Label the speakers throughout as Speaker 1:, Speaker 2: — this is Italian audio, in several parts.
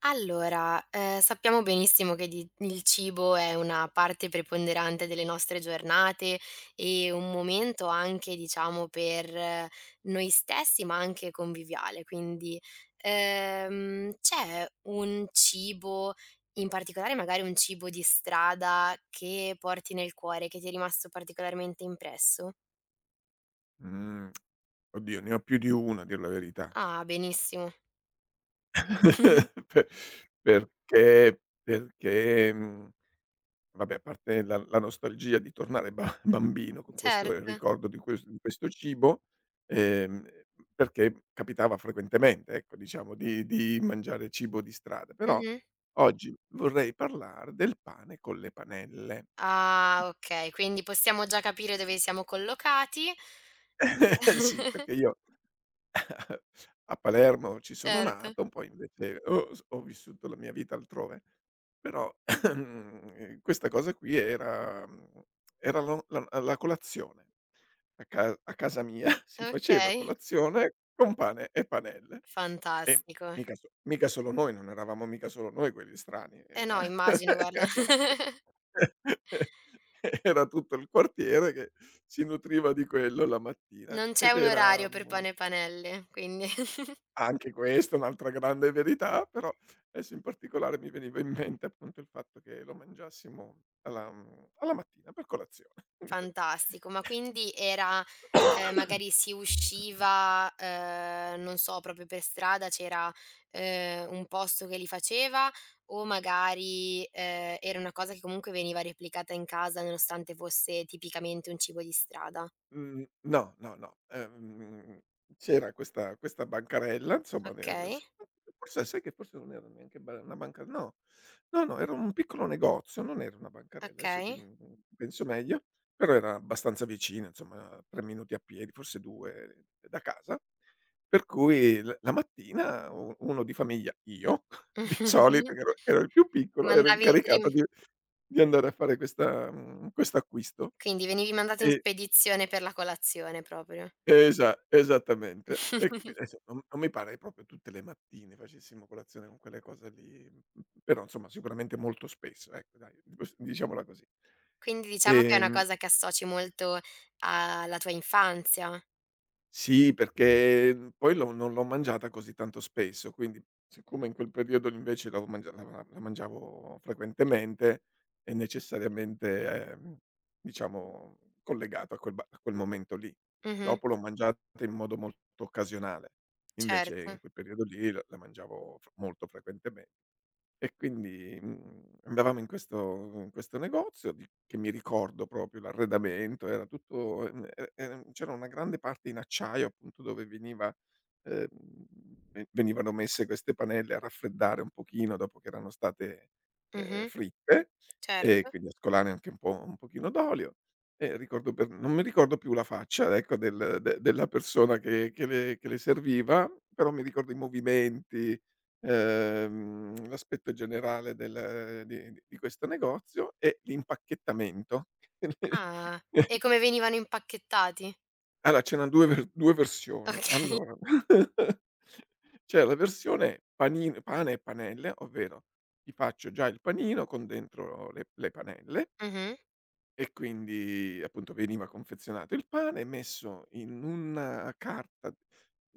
Speaker 1: Allora, sappiamo benissimo che di il cibo è una parte preponderante delle nostre giornate e un momento anche, diciamo, per noi stessi, ma anche conviviale. Quindi, c'è un cibo, in particolare magari un cibo di strada, che porti nel cuore, che ti è rimasto particolarmente impresso?
Speaker 2: Mhmm, Oddio ne ho più di 1 a dir la verità.
Speaker 1: Ah, benissimo.
Speaker 2: Pe perché perché, mhmm, vabbè a parte la nostalgia di tornare ba bambino con questo il
Speaker 1: Certo.
Speaker 2: ricordo di questo cibo, ehm, perché capitava frequentemente ecco, diciamo di mangiare cibo di strada, però
Speaker 1: Mh-mh.
Speaker 2: oggi vorrei parlar del pane con le panelle.
Speaker 1: Ah, okay. Quindi possiamo già capire dove siamo collocati.
Speaker 2: Sì, perché io a Palermo ci sono
Speaker 1: Certo.
Speaker 2: nato, poi invece ho vissuto la mia vita altrove, però questa cosa qui era era lo la la colazione. A casa mia si faceva
Speaker 1: Okay,
Speaker 2: colazione con pane e panelle. E
Speaker 1: fantastico.
Speaker 2: mica solo noi, non eravamo mica solo noi quelli strani,
Speaker 1: Eh
Speaker 2: era
Speaker 1: no, immagino guarda.
Speaker 2: era tutto il quartiere che si nutriva di quello la mattina
Speaker 1: Non c'è
Speaker 2: ed
Speaker 1: un orario
Speaker 2: era,
Speaker 1: per
Speaker 2: mhmm
Speaker 1: pane e panelle, quindi.
Speaker 2: Anche questa è un'altra grande verità, però adesso in particolare mi veniva in mente appunto il fatto che lo mangiassimo alla mattina per colazione.
Speaker 1: Fantastico. Ma quindi era magari si usciva, non so, proprio per strada c'era, un posto che li faceva, o magari, era una cosa che comunque veniva replicata in casa nonostante fosse tipicamente un cibo di strada?
Speaker 2: Mhmm, no, no, no, c'era questa bancarella, insomma de
Speaker 1: Okay,
Speaker 2: s forse sai che forse non era neanche ba una banca, no, no, no, era un piccolo negozio, non era una bancarella, adesso che,
Speaker 1: okay.
Speaker 2: penso meglio, però era abbastanza vicina, insomma 3 minuti a piedi, forse 2 da casa. Per cui l la mattina u uno di famiglia, io, di solito, che ero il più piccolo, ero
Speaker 1: Mandavi rim
Speaker 2: incaricato di andare a fare questo acquisto.
Speaker 1: quindi venivi mandato in
Speaker 2: E
Speaker 1: spedizione per la colazione proprio.
Speaker 2: Esattamente. E qui adesso non mi pare proprio tutte le mattine facessimo colazione con quelle cose lì, però insomma sicuramente molto spesso, ecco dai, pos diciamola così.
Speaker 1: Quindi diciamo che è una
Speaker 2: Ehm
Speaker 1: cosa che associ molto alla tua infanzia.
Speaker 2: Sì, perché, poi l'ho non l'ho mangiata così tanto spesso, quindi siccome in quel periodo invece l'avevo mangia la mangiavo frequentemente, è necessariamente, diciamo, collegato a quel ba a quel momento lì.
Speaker 1: Mh-mh,
Speaker 2: Dopo l'ho mangiata in modo molto occasionale, invece in
Speaker 1: certo.
Speaker 2: quel periodo lì la mangiavo f molto frequentemen e quindi, andavamo in questo negozio, di che mi ricordo proprio l'arredamento era tutto, c'era una grande parte in acciaio, appunto dove ehm, venivano messe queste panelle a raffreddare un pochino dopo che erano state,
Speaker 1: Mh-mh,
Speaker 2: fritte, e
Speaker 1: certo.
Speaker 2: quindi a scolare anche un pochino d'olio. E ricordo per Non mi ricordo più la faccia, ecco, della persona che le serviva, però mi ricordo i movimenti, l'aspetto generale del di questo negozio e l'impacchettamento.
Speaker 1: Ah, e come venivano impacchettati?
Speaker 2: Allora, ce n'han 2 ver 2 versioni.
Speaker 1: Okay.
Speaker 2: Allora, c'è la versione panin pane e panelle, ovvero ti faccio già il panino con dentro le panelle,
Speaker 1: Mh-mh,
Speaker 2: e quindi appunto veniva confezionato il pane, messo in una carta,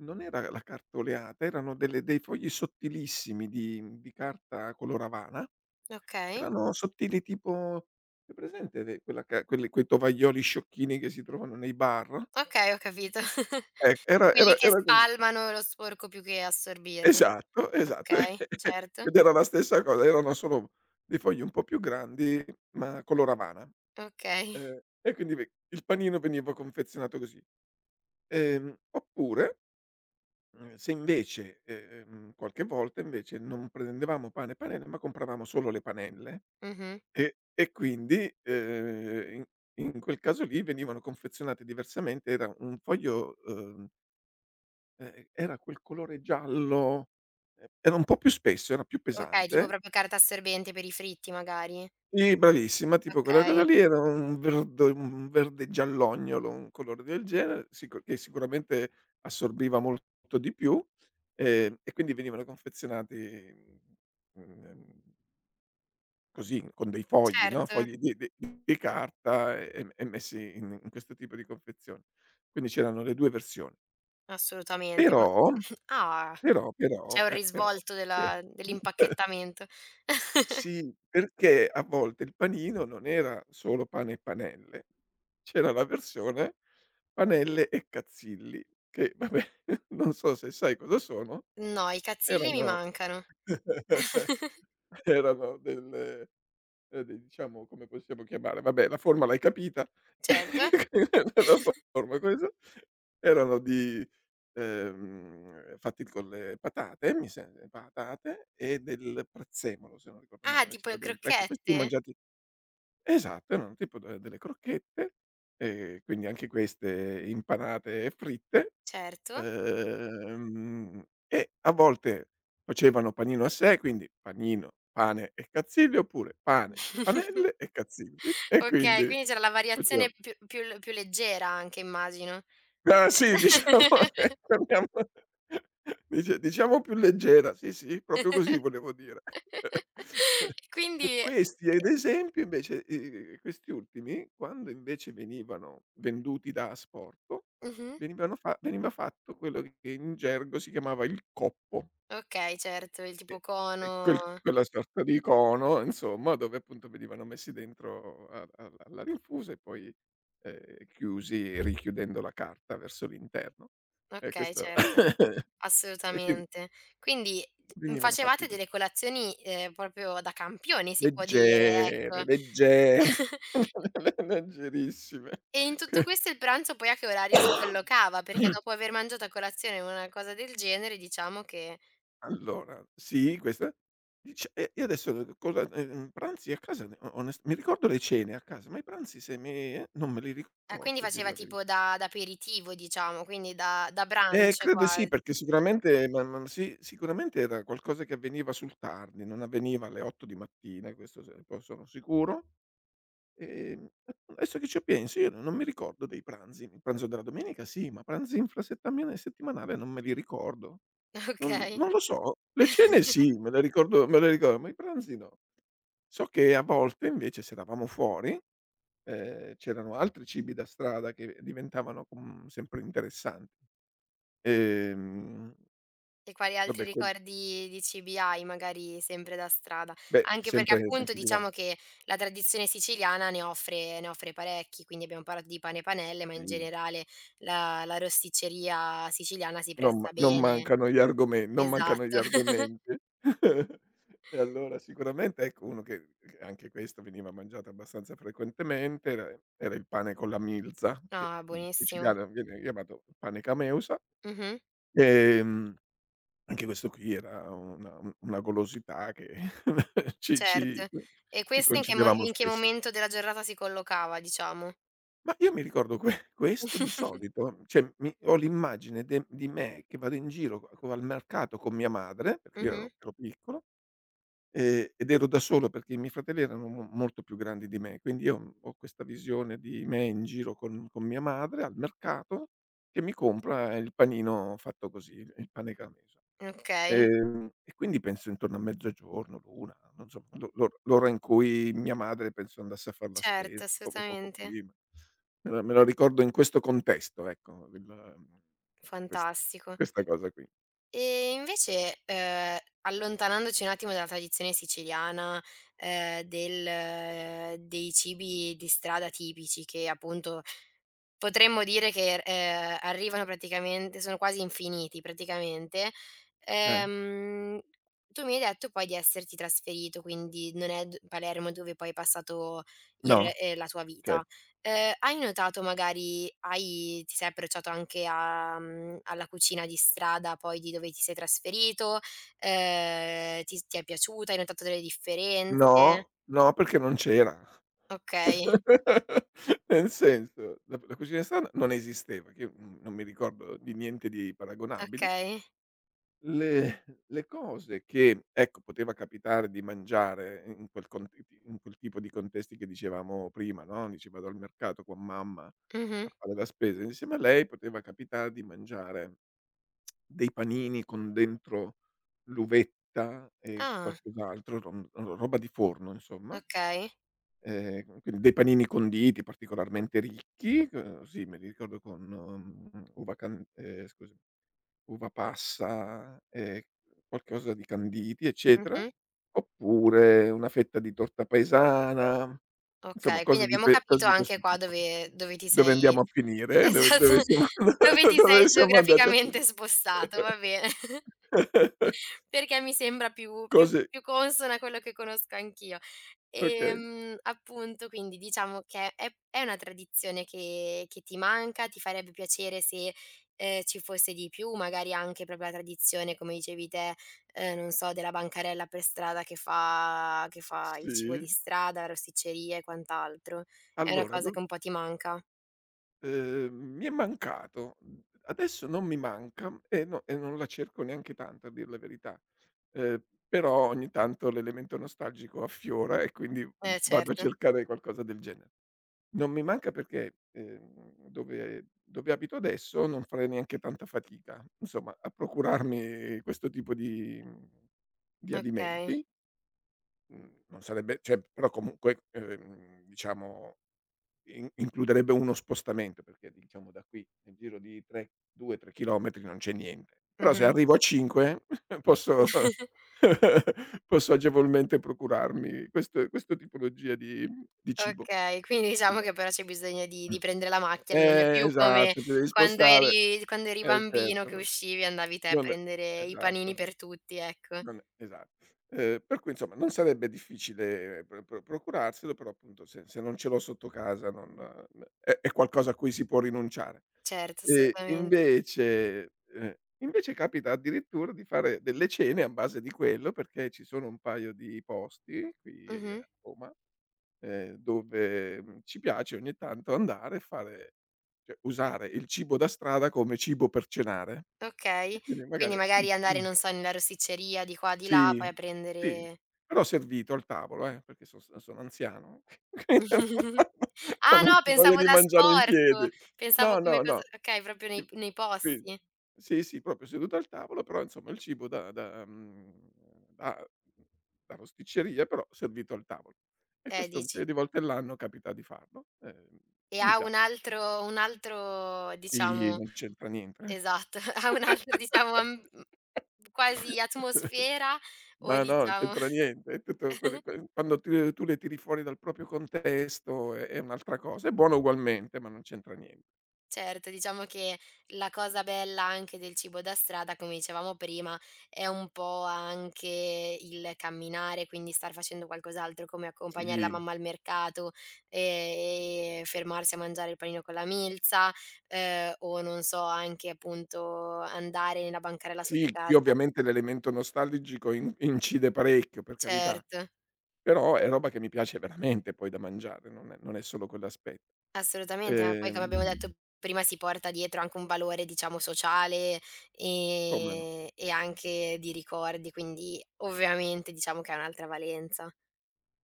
Speaker 2: non era la carta oleata, erano delle dei fogli sottilissimi di carta color avana.
Speaker 1: okay.
Speaker 2: Erano sottili tipo, hai presente le quella ca quelli quei tovaglioli sciocchini che si trovano nei bar?
Speaker 1: Okay, ho capito.
Speaker 2: Ec era era
Speaker 1: Quelli che
Speaker 2: era così.
Speaker 1: spalmano lo sporco più che assorbirlo.
Speaker 2: Esatto, esatto.
Speaker 1: Okay, certo.
Speaker 2: Ed era la stessa cosa, erano solo dei fogli un po' più grandi, ma color Havana.
Speaker 1: Okay.
Speaker 2: E quindi ve il panino veniva confezionato così. Oppure, mhmm, se invece, qualche volta invece non prendevamo pane e panelle, ma compravamo solo le panelle.
Speaker 1: Mh-mh.
Speaker 2: E quindi, in quel caso lì venivano confezionate diversamente, era un foglio, era quel colore giallo, e era un po' più spesso, era più
Speaker 1: Okay, tipo
Speaker 2: pesante.
Speaker 1: proprio carta assorbente per i fritti magari?
Speaker 2: Sì, bravissima, tipo quella cosa
Speaker 1: Okay,
Speaker 2: lì era un verde giallognolo, un colore del genere, sicuramente assorbiva molto di più, e quindi venivano confezionati, mhmm, ehm così, con dei fogli, no,
Speaker 1: certo,
Speaker 2: fogli di carta, e messi in questo tipo di confezioni. Quindi c'erano le 2 versioni.
Speaker 1: assolutamente,
Speaker 2: Però
Speaker 1: ma ah,
Speaker 2: però
Speaker 1: c'è
Speaker 2: però
Speaker 1: un
Speaker 2: eh, però
Speaker 1: risvolto
Speaker 2: eh.
Speaker 1: della dell'impacchettamento.
Speaker 2: Sì, perché a volte il panino non era solo pane e panelle, c'era la versione panelle e cazzilli, che vabbè, non so se sai cosa sono,
Speaker 1: No, i cazzilli mi
Speaker 2: erano
Speaker 1: mancano.
Speaker 2: erano delle. D Diciamo, come possiamo chiamare, vabbè la forma l'hai capita,
Speaker 1: Certo.
Speaker 2: la forma questa, erano di fatti con le patate, mi sem patate e del prezzemolo, se non ricordo
Speaker 1: Ah,
Speaker 2: male
Speaker 1: tipo le
Speaker 2: c'era dentro. Ecco, questi li ho
Speaker 1: crocchette?
Speaker 2: mangiati. Esatto, erano tipo de delle crocchette, quindi anche queste impanate e fritte,
Speaker 1: Certo.
Speaker 2: e a volte facevano panino a sé, quindi panino, pane e cazzilli, oppure pane, panelle e cazzilli, e
Speaker 1: Okay,
Speaker 2: quindi
Speaker 1: quindi c'era la variazione
Speaker 2: facevam.
Speaker 1: più leggera anche, immagino.
Speaker 2: Ah sì, diciamo torniamo, dice diciamo più leggera. Sì, sì, proprio così volevo dire. E
Speaker 1: Quindi
Speaker 2: questi ad esempio invece, questi ultimi, quando invece venivano venduti da asporto,
Speaker 1: mh-mh,
Speaker 2: veniva fatto quello che in gergo si chiamava il coppo.
Speaker 1: okay, certo, il tipo
Speaker 2: E e
Speaker 1: cono.
Speaker 2: quella sorta di cono, insomma, dove appunto venivano messi dentro a a alla rinfusa, e poi, chiusi richiudendo la carta verso l'interno. E
Speaker 1: Okay,
Speaker 2: questo
Speaker 1: certo.
Speaker 2: e quindi
Speaker 1: Assolutamente. Quindi,
Speaker 2: venivano fatti
Speaker 1: facevate
Speaker 2: così.
Speaker 1: delle colazioni, proprio da campioni si può dire,
Speaker 2: Leggere,
Speaker 1: ecco.
Speaker 2: leggere, leggerissime.
Speaker 1: E in tutto questo il pranzo poi a che orario si collocava? Perché dopo aver mangiato a colazione una cosa del genere, diciamo che
Speaker 2: Allora, sì, questa dice e adesso cosa, pranzi a casa, ne o onest mi ricordo le cene a casa, ma i pranzi, se me non me li
Speaker 1: ah, quindi
Speaker 2: ricordo a dir
Speaker 1: faceva
Speaker 2: la
Speaker 1: tipo
Speaker 2: verità.
Speaker 1: da aperitivo diciamo, quindi da brunch
Speaker 2: Credo
Speaker 1: qua.
Speaker 2: sì, perché sicuramente, ma sì, sicuramente era qualcosa che avveniva sul tardi, non avveniva alle 8 di mattina, questo se poi sono sicuro. Ehm, Adesso che ci penso io non mi ricordo dei pranzi. Il pranzo della domenica sì, ma pranzi infrasettamiane settimanale non me li ricordo. Non
Speaker 1: Okay.
Speaker 2: non lo so, le cene sì, me le ricordo, me le ricordo, ma i pranzi no. So che a volte invece se eravamo fuori, c'erano altri cibi da strada che diventavano, sempre interessanti. Ehm,
Speaker 1: E quali altri
Speaker 2: vabbè quel
Speaker 1: ricordi di cibi hai, magari sempre da strada?
Speaker 2: Beh,
Speaker 1: Anche perché,
Speaker 2: sempre
Speaker 1: appunto,
Speaker 2: sempre di là.
Speaker 1: diciamo che la tradizione siciliana ne offre parecchi, quindi abbiamo parlato di pane e panelle, ma in
Speaker 2: Sì.
Speaker 1: generale la rosticceria siciliana si presta
Speaker 2: Non
Speaker 1: bene.
Speaker 2: mancano gli argomen non mancano gli
Speaker 1: Esatto.
Speaker 2: argomenti. E allora sicuramente, ecco, uno che anche questo veniva mangiato abbastanza frequentemente era il pane con la milza, che
Speaker 1: No,
Speaker 2: in
Speaker 1: buonissimo.
Speaker 2: siciliano viene chiamato pane cameusa.
Speaker 1: Mh-mh,
Speaker 2: Ehm, Anche questo qui era una golosità che ci ci
Speaker 1: certo. E
Speaker 2: ci
Speaker 1: questa
Speaker 2: concedevamo
Speaker 1: in che
Speaker 2: spesso.
Speaker 1: momento della giornata si collocava, diciamo?
Speaker 2: Ma io mi ricordo questo di solito, cioè mi ho l'immagine de di me che vado in giro co co al mercato con mia madre, perché io
Speaker 1: Mh-mh,
Speaker 2: ero piccolo, ed ero da solo perché i miei fratelli erano mo molto più grandi di me, quindi io ho questa visione di me in giro con mia madre al mercato che mi compra il panino fatto così, il pane Parmesan.
Speaker 1: okay,
Speaker 2: E quindi penso intorno a mezzogiorno, l'1, non so, l'ora in cui mia madre penso andasse a far la
Speaker 1: certo,
Speaker 2: spesa, poco poco
Speaker 1: assolutamente.
Speaker 2: prima. Me la ricordo in questo contesto, ecco, il mhmm, ques
Speaker 1: Fantastico.
Speaker 2: questa cosa qui.
Speaker 1: E invece, allontanandoci un attimo dalla tradizione siciliana, del dei cibi di strada tipici che, appunto, potremmo dire che, arrivano, praticamente sono quasi infiniti praticamente.
Speaker 2: Eh,
Speaker 1: Ehm, tu mi hai detto poi di esserti trasferito, quindi non è d Palermo dove poi hai passato il
Speaker 2: no,
Speaker 1: la tua
Speaker 2: ce
Speaker 1: vita. Hai notato magari, hai ti sei approcciato anche alla cucina di strada poi di dove ti sei trasferito? Ti è piaciuta? Hai notato delle differenze?
Speaker 2: no, no, perché non c'era.
Speaker 1: Okay,
Speaker 2: Nel senso, la cucina strana non esisteva, che io, non mi ricordo di niente di paragonabile.
Speaker 1: okay.
Speaker 2: Le cose che, ecco, poteva capitare di mangiare in quel tipo di contesti che dicevamo prima, no, dici: "Vado al mercato con mamma
Speaker 1: Mh-mh.
Speaker 2: a fare la spesa", insieme a lei poteva capitare di mangiare dei panini con dentro l'uvetta e
Speaker 1: Ah,
Speaker 2: qualcos'altro, rom ro roba di forno insomma,
Speaker 1: okay.
Speaker 2: quindi dei panini conditi particolarmente ricchi, sì, me li ricordo con, mhmm, uva can scusa, uva passa e qualcosa di canditi, eccetera,
Speaker 1: Mh-mh.
Speaker 2: oppure una fetta di torta paesana, insomma
Speaker 1: Okay, quindi
Speaker 2: cose di
Speaker 1: abbiamo
Speaker 2: que cose
Speaker 1: capito
Speaker 2: di
Speaker 1: anche
Speaker 2: questo
Speaker 1: qua
Speaker 2: tipo.
Speaker 1: dove ti
Speaker 2: Dove
Speaker 1: sei
Speaker 2: andiamo a finire? Eh? Dove
Speaker 1: esatto,
Speaker 2: siamo
Speaker 1: dove ti sei
Speaker 2: dove siamo andati a
Speaker 1: geograficamente
Speaker 2: finire?
Speaker 1: spostato, va bene. Perché mi sembra
Speaker 2: Cose
Speaker 1: più consona a quello che conosco anch'io.
Speaker 2: Okay,
Speaker 1: Appunto, quindi diciamo che è una tradizione che ti manca, ti farebbe piacere se, ci fosse di più, magari anche proprio la tradizione, come dicevi te, non so, della bancarella per strada che fa il cibo di
Speaker 2: sì.
Speaker 1: strada, rosticceria e quant'altro. È una
Speaker 2: Allora,
Speaker 1: cosa
Speaker 2: dov
Speaker 1: che un po' ti manca.
Speaker 2: Mi è mancato. Adesso non mi manca, e no, e non la cerco neanche tanto a dir la verità, però ogni tanto l'elemento nostalgico affiora e quindi v
Speaker 1: Eh
Speaker 2: vado a
Speaker 1: certo,
Speaker 2: cercare qualcosa del genere. Non mi manca perché, dove abito adesso non farei neanche tanta fatica, insomma, a procurarmi questo tipo di di
Speaker 1: okay.
Speaker 2: alimenti. Mhmm, Non sarebbe, cioè, però comunque, diciamo, in includerebbe uno spostamento, perché diciamo da qui nel giro di 3, 2, 3 chilometri non c'è niente. Però se
Speaker 1: Mh-mh.
Speaker 2: arrivo a 5 posso posso agevolmente procurarmi questo tipologia di cibo.
Speaker 1: Okay, quindi diciamo che però c'è bisogno di
Speaker 2: Mh.
Speaker 1: di prendere la macchina, non è più come
Speaker 2: Esatto, ti devi
Speaker 1: quando
Speaker 2: spostare.
Speaker 1: eri quando eri
Speaker 2: Eh
Speaker 1: bambino, che
Speaker 2: certo,
Speaker 1: uscivi e andavi te a
Speaker 2: non è-
Speaker 1: prendere i panini
Speaker 2: esatto.
Speaker 1: per tutti, ecco.
Speaker 2: Non esa Per cui insomma non sarebbe difficile, procurarselo, però appunto se non ce l'ho sotto casa, non, n è qualcosa a cui si può rinunciare.
Speaker 1: Certo, assolutamente.
Speaker 2: Invece, capita addirittura di fare delle cene a base di quello, perché ci sono un paio di posti qui,
Speaker 1: Mh-mh.
Speaker 2: a Roma, dove, ci piace ogni tanto andare e fare, cioè usare il cibo da strada come cibo per cenare.
Speaker 1: Okay.
Speaker 2: E quindi
Speaker 1: Quindi
Speaker 2: magari
Speaker 1: magari andare,
Speaker 2: un
Speaker 1: non so, nella rosticceria di qua, di là, poi
Speaker 2: sì,
Speaker 1: a
Speaker 2: sì,
Speaker 1: prendere.
Speaker 2: però servito al tavolo, perché so s sono anziano,
Speaker 1: Ah no,
Speaker 2: non c'ho voglia
Speaker 1: pensavo
Speaker 2: di
Speaker 1: da
Speaker 2: mangiare in
Speaker 1: sport,
Speaker 2: piedi.
Speaker 1: pensavo
Speaker 2: No,
Speaker 1: come
Speaker 2: no,
Speaker 1: cosa.
Speaker 2: no.
Speaker 1: Okay, proprio
Speaker 2: Qui
Speaker 1: nei
Speaker 2: qui
Speaker 1: posti.
Speaker 2: sì, sì, proprio seduto al tavolo, però insomma il cibo da da da rosticceria, però servito al tavolo. E questo un
Speaker 1: Dici.
Speaker 2: paio di volte all'anno capita di farlo,
Speaker 1: E
Speaker 2: e mi
Speaker 1: ha
Speaker 2: pia
Speaker 1: un altro
Speaker 2: sì,
Speaker 1: diciamo.
Speaker 2: non c'entra niente.
Speaker 1: Esatto, ha un altro, diciamo, quasi atmosfera o
Speaker 2: Ma no, non cioè
Speaker 1: diciamo.
Speaker 2: c'entra niente, è tutto, quelle que quando ti tu le tiri fuori dal proprio contesto è un'altra cosa. È buona ugualmente, ma non c'entra nien.
Speaker 1: Certo, diciamo che la cosa bella anche del cibo da strada, come dicevamo prima, è un po' anche il camminare, quindi star facendo qualcos'altro, come accompagnare la
Speaker 2: Sì,
Speaker 1: mamma al mercato, e fermarsi a mangiare il panino con la milza, o non so, anche appunto andare nella bancarella sotto
Speaker 2: sì, qui
Speaker 1: casa.
Speaker 2: ovviamente l'elemento nostalgico in incide parecchio, per carità,
Speaker 1: Certo.
Speaker 2: però è roba che mi piace veramente poi da mangiare, non è solo quell'aspe
Speaker 1: Assolutamente, ma poi, come abbiamo
Speaker 2: ehm,
Speaker 1: detto prima, si porta dietro anche un valore diciamo sociale,
Speaker 2: come no.
Speaker 1: e anche di ricordi, quindi ovviamente diciamo che ha un'altra valenza.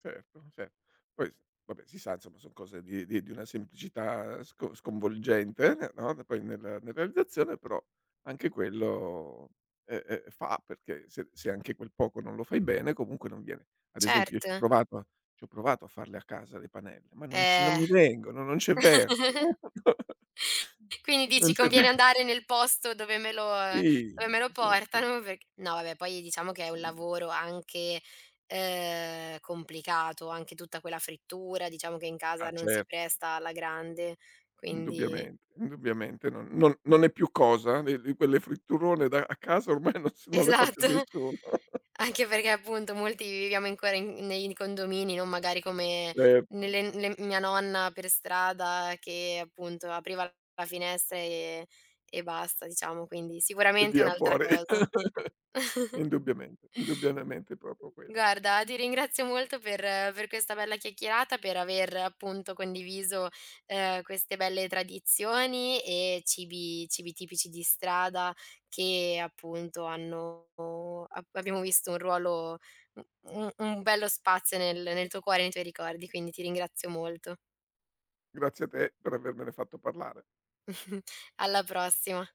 Speaker 2: Certo, cer poi s vabbè si sa insomma son cose di una semplicità sconvolgente, n no, n poi nella realizzazione, però anche quello, fa perché se anche quel poco non lo fai bene comunque non viene. Ad esempio io ci
Speaker 1: Certo,
Speaker 2: ho provato ci ho provato a farle a casa le panelle, ma non
Speaker 1: eh.
Speaker 2: mi vengono, non c'è verso.
Speaker 1: Quindi
Speaker 2: Non
Speaker 1: dici:
Speaker 2: c'è
Speaker 1: "Conviene
Speaker 2: verso.
Speaker 1: andare nel posto dove me lo
Speaker 2: Sì,
Speaker 1: dove me lo
Speaker 2: sì, sì,
Speaker 1: portano", perch no vabbè, poi diciamo che è un
Speaker 2: sì.
Speaker 1: lavoro anche, complicato, anche tutta quella frittura, diciamo che in casa
Speaker 2: Ah
Speaker 1: non si
Speaker 2: cer
Speaker 1: presta alla grande, quindi.
Speaker 2: Indubbiamente, indubbiamente non è più cosa di quelle fritturone da, a casa ormai non le fa più
Speaker 1: Esatto.
Speaker 2: nessuno.
Speaker 1: Anche perché, appunto, molti viviamo ancora in nei condomini, non magari come
Speaker 2: e
Speaker 1: nelle le mia nonna per strada che appunto apriva la finestra e basta, diciamo, quindi
Speaker 2: e
Speaker 1: sicuramente è
Speaker 2: via
Speaker 1: un'altra
Speaker 2: fuori.
Speaker 1: cosa.
Speaker 2: Indubbiamente, indubbiamente è proprio quello.
Speaker 1: Guarda, ti ringrazio molto per questa bella chiacchierata, per aver appunto condiviso, queste belle tradizioni e cibi tipici di strada che, appunto, hanno ab abbiamo visto un ruolo, u u un bello spazio nel tuo cuore e nei tuoi ricordi, quindi ti ringrazio molto.
Speaker 2: Grazie a te per avermene fatto parlare.
Speaker 1: Alla prossima.